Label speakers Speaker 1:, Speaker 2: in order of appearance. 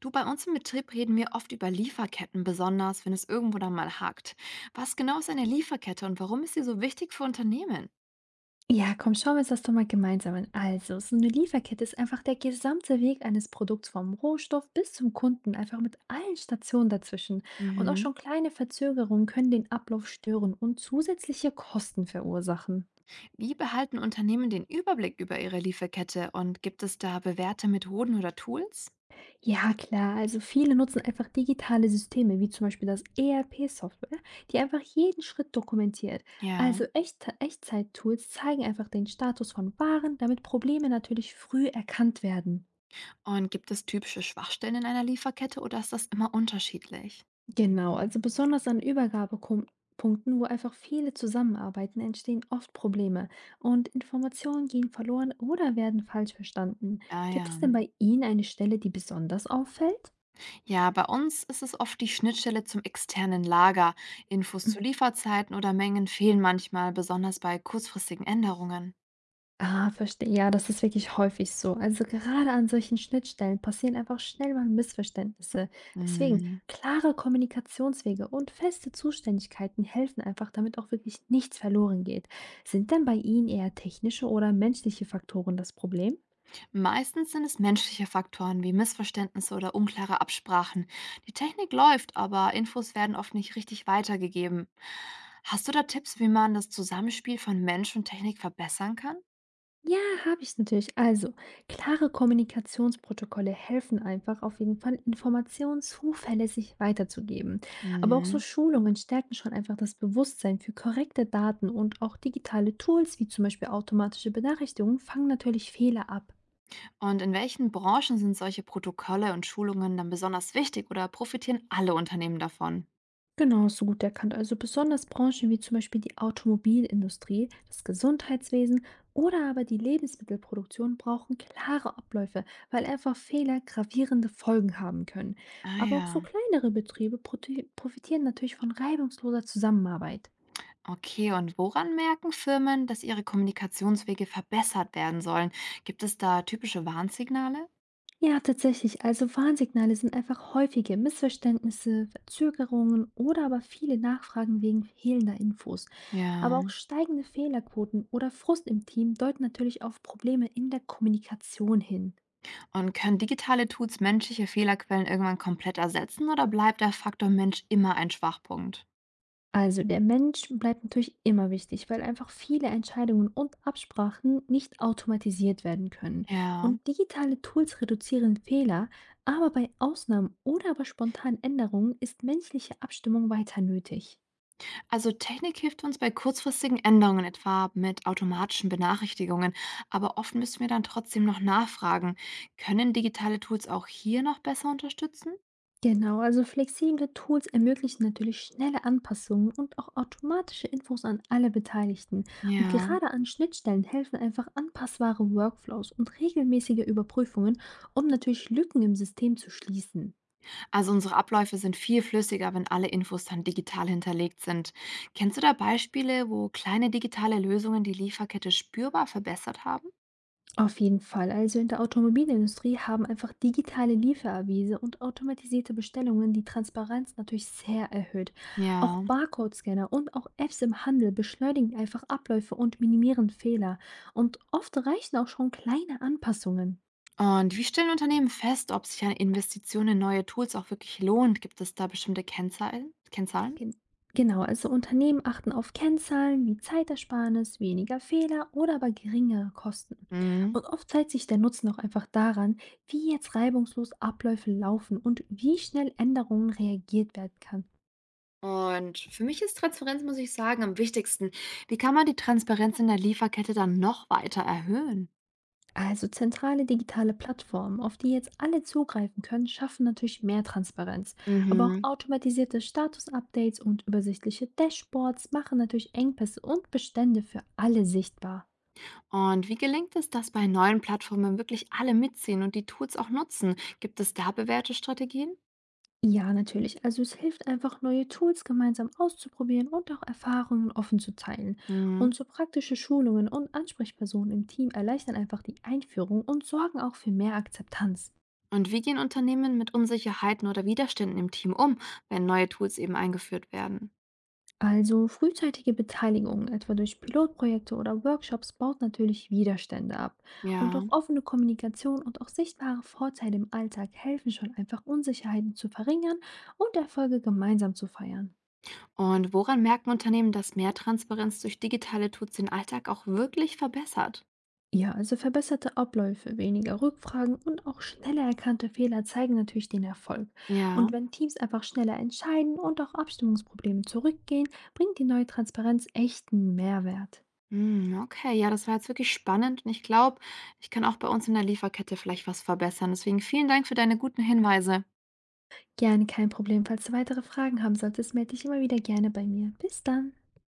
Speaker 1: Du, bei uns im Betrieb reden wir oft über Lieferketten, besonders wenn es irgendwo dann mal hakt. Was genau ist eine Lieferkette und warum ist sie so wichtig für Unternehmen?
Speaker 2: Ja, komm, schauen wir uns das doch mal gemeinsam an. Also, so eine Lieferkette ist einfach der gesamte Weg eines Produkts vom Rohstoff bis zum Kunden, einfach mit allen Stationen dazwischen. Und auch
Speaker 1: Mhm.
Speaker 2: schon kleine Verzögerungen können den Ablauf stören und zusätzliche Kosten verursachen.
Speaker 1: Wie behalten Unternehmen den Überblick über ihre Lieferkette und gibt es da bewährte Methoden oder Tools?
Speaker 2: Ja, klar, also viele nutzen einfach digitale Systeme, wie zum Beispiel das ERP-Software, die einfach jeden Schritt dokumentiert.
Speaker 1: Ja.
Speaker 2: Also Echtzeit-Tools zeigen einfach den Status von Waren, damit Probleme natürlich früh erkannt werden.
Speaker 1: Und gibt es typische Schwachstellen in einer Lieferkette oder ist das immer unterschiedlich?
Speaker 2: Genau, also besonders an Übergabepunkten, wo einfach viele zusammenarbeiten, entstehen oft Probleme und Informationen gehen verloren oder werden falsch verstanden.
Speaker 1: Ah
Speaker 2: Gibt es
Speaker 1: ja.
Speaker 2: denn bei Ihnen eine Stelle, die besonders auffällt?
Speaker 1: Ja, bei uns ist es oft die Schnittstelle zum externen Lager. Infos zu
Speaker 2: Mhm.
Speaker 1: Lieferzeiten oder Mengen fehlen manchmal, besonders bei kurzfristigen Änderungen.
Speaker 2: Ah, verstehe. Ja, das ist wirklich häufig so. Also gerade an solchen Schnittstellen passieren einfach schnell mal Missverständnisse. Deswegen,
Speaker 1: Mhm.
Speaker 2: klare Kommunikationswege und feste Zuständigkeiten helfen einfach, damit auch wirklich nichts verloren geht. Sind denn bei Ihnen eher technische oder menschliche Faktoren das Problem?
Speaker 1: Meistens sind es menschliche Faktoren wie Missverständnisse oder unklare Absprachen. Die Technik läuft, aber Infos werden oft nicht richtig weitergegeben. Hast du da Tipps, wie man das Zusammenspiel von Mensch und Technik verbessern kann?
Speaker 2: Ja, habe ich natürlich. Also, klare Kommunikationsprotokolle helfen einfach auf jeden Fall, Informationen zuverlässig weiterzugeben. Aber auch so
Speaker 1: Mhm.
Speaker 2: Schulungen stärken schon einfach das Bewusstsein für korrekte Daten und auch digitale Tools wie zum Beispiel automatische Benachrichtigungen fangen natürlich Fehler ab.
Speaker 1: Und in welchen Branchen sind solche Protokolle und Schulungen dann besonders wichtig oder profitieren alle Unternehmen davon?
Speaker 2: Genau, so gut erkannt. Also besonders Branchen wie zum Beispiel die Automobilindustrie, das Gesundheitswesen oder aber die Lebensmittelproduktion brauchen klare Abläufe, weil einfach Fehler gravierende Folgen haben können.
Speaker 1: Ah
Speaker 2: Aber auch so
Speaker 1: ja,
Speaker 2: kleinere Betriebe profitieren natürlich von reibungsloser Zusammenarbeit.
Speaker 1: okay. Und woran merken Firmen, dass ihre Kommunikationswege verbessert werden sollen? Gibt es da typische Warnsignale?
Speaker 2: Ja, tatsächlich. Also Warnsignale sind einfach häufige Missverständnisse, Verzögerungen oder aber viele Nachfragen wegen fehlender Infos. Aber auch
Speaker 1: Ja.
Speaker 2: steigende Fehlerquoten oder Frust im Team deuten natürlich auf Probleme in der Kommunikation hin.
Speaker 1: Und können digitale Tools menschliche Fehlerquellen irgendwann komplett ersetzen oder bleibt der Faktor Mensch immer ein Schwachpunkt?
Speaker 2: Also der Mensch bleibt natürlich immer wichtig, weil einfach viele Entscheidungen und Absprachen nicht automatisiert werden können.
Speaker 1: Ja,
Speaker 2: Und digitale Tools reduzieren Fehler, aber bei Ausnahmen oder aber spontanen Änderungen ist menschliche Abstimmung weiter nötig.
Speaker 1: also Technik hilft uns bei kurzfristigen Änderungen, etwa mit automatischen Benachrichtigungen, aber oft müssen wir dann trotzdem noch nachfragen. Können digitale Tools auch hier noch besser unterstützen?
Speaker 2: Genau, also flexible Tools ermöglichen natürlich schnelle Anpassungen und auch automatische Infos an alle Beteiligten. Und
Speaker 1: Ja,
Speaker 2: gerade an Schnittstellen helfen einfach anpassbare Workflows und regelmäßige Überprüfungen, um natürlich Lücken im System zu schließen.
Speaker 1: also unsere Abläufe sind viel flüssiger, wenn alle Infos dann digital hinterlegt sind. Kennst du da Beispiele, wo kleine digitale Lösungen die Lieferkette spürbar verbessert haben?
Speaker 2: Auf jeden Fall. Also in der Automobilindustrie haben einfach digitale Lieferavise und automatisierte Bestellungen die Transparenz natürlich sehr erhöht. Auch
Speaker 1: Ja.
Speaker 2: Barcode-Scanner und auch Apps im Handel beschleunigen einfach Abläufe und minimieren Fehler. Und oft reichen auch schon kleine Anpassungen.
Speaker 1: Und wie stellen Unternehmen fest, ob sich eine Investition in neue Tools auch wirklich lohnt? Gibt es da bestimmte Kennzahlen?
Speaker 2: Gen genau, also Unternehmen achten auf Kennzahlen wie Zeitersparnis, weniger Fehler oder aber geringere Kosten.
Speaker 1: Mhm.
Speaker 2: Und oft zeigt sich der Nutzen auch einfach daran, wie jetzt reibungslos Abläufe laufen und wie schnell Änderungen reagiert werden kann.
Speaker 1: Und für mich ist Transparenz, muss ich sagen, am wichtigsten. Wie kann man die Transparenz in der Lieferkette dann noch weiter erhöhen?
Speaker 2: Also zentrale digitale Plattformen, auf die jetzt alle zugreifen können, schaffen natürlich mehr Transparenz. Aber auch
Speaker 1: Mhm.
Speaker 2: automatisierte Status-Updates und übersichtliche Dashboards machen natürlich Engpässe und Bestände für alle sichtbar.
Speaker 1: Und wie gelingt es, dass bei neuen Plattformen wirklich alle mitziehen und die Tools auch nutzen? Gibt es da bewährte Strategien?
Speaker 2: Ja, natürlich. Also es hilft einfach, neue Tools gemeinsam auszuprobieren und auch Erfahrungen offen zu teilen.
Speaker 1: Mhm.
Speaker 2: Und so praktische Schulungen und Ansprechpersonen im Team erleichtern einfach die Einführung und sorgen auch für mehr Akzeptanz.
Speaker 1: Und wie gehen Unternehmen mit Unsicherheiten oder Widerständen im Team um, wenn neue Tools eben eingeführt werden?
Speaker 2: Also frühzeitige Beteiligung, etwa durch Pilotprojekte oder Workshops, baut natürlich Widerstände ab. Und
Speaker 1: Ja.
Speaker 2: auch offene Kommunikation und auch sichtbare Vorteile im Alltag helfen schon einfach, Unsicherheiten zu verringern und Erfolge gemeinsam zu feiern.
Speaker 1: Und woran merken Unternehmen, dass mehr Transparenz durch digitale Tools den Alltag auch wirklich verbessert?
Speaker 2: Ja, also verbesserte Abläufe, weniger Rückfragen und auch schneller erkannte Fehler zeigen natürlich den Erfolg.
Speaker 1: Ja,
Speaker 2: Und wenn Teams einfach schneller entscheiden und auch Abstimmungsprobleme zurückgehen, bringt die neue Transparenz echten Mehrwert.
Speaker 1: hm, okay, ja, das war jetzt wirklich spannend und ich glaube, ich kann auch bei uns in der Lieferkette vielleicht was verbessern. Deswegen vielen Dank für deine guten Hinweise.
Speaker 2: Gerne kein Problem, falls du weitere Fragen haben solltest, melde dich immer wieder gerne bei mir. Bis dann!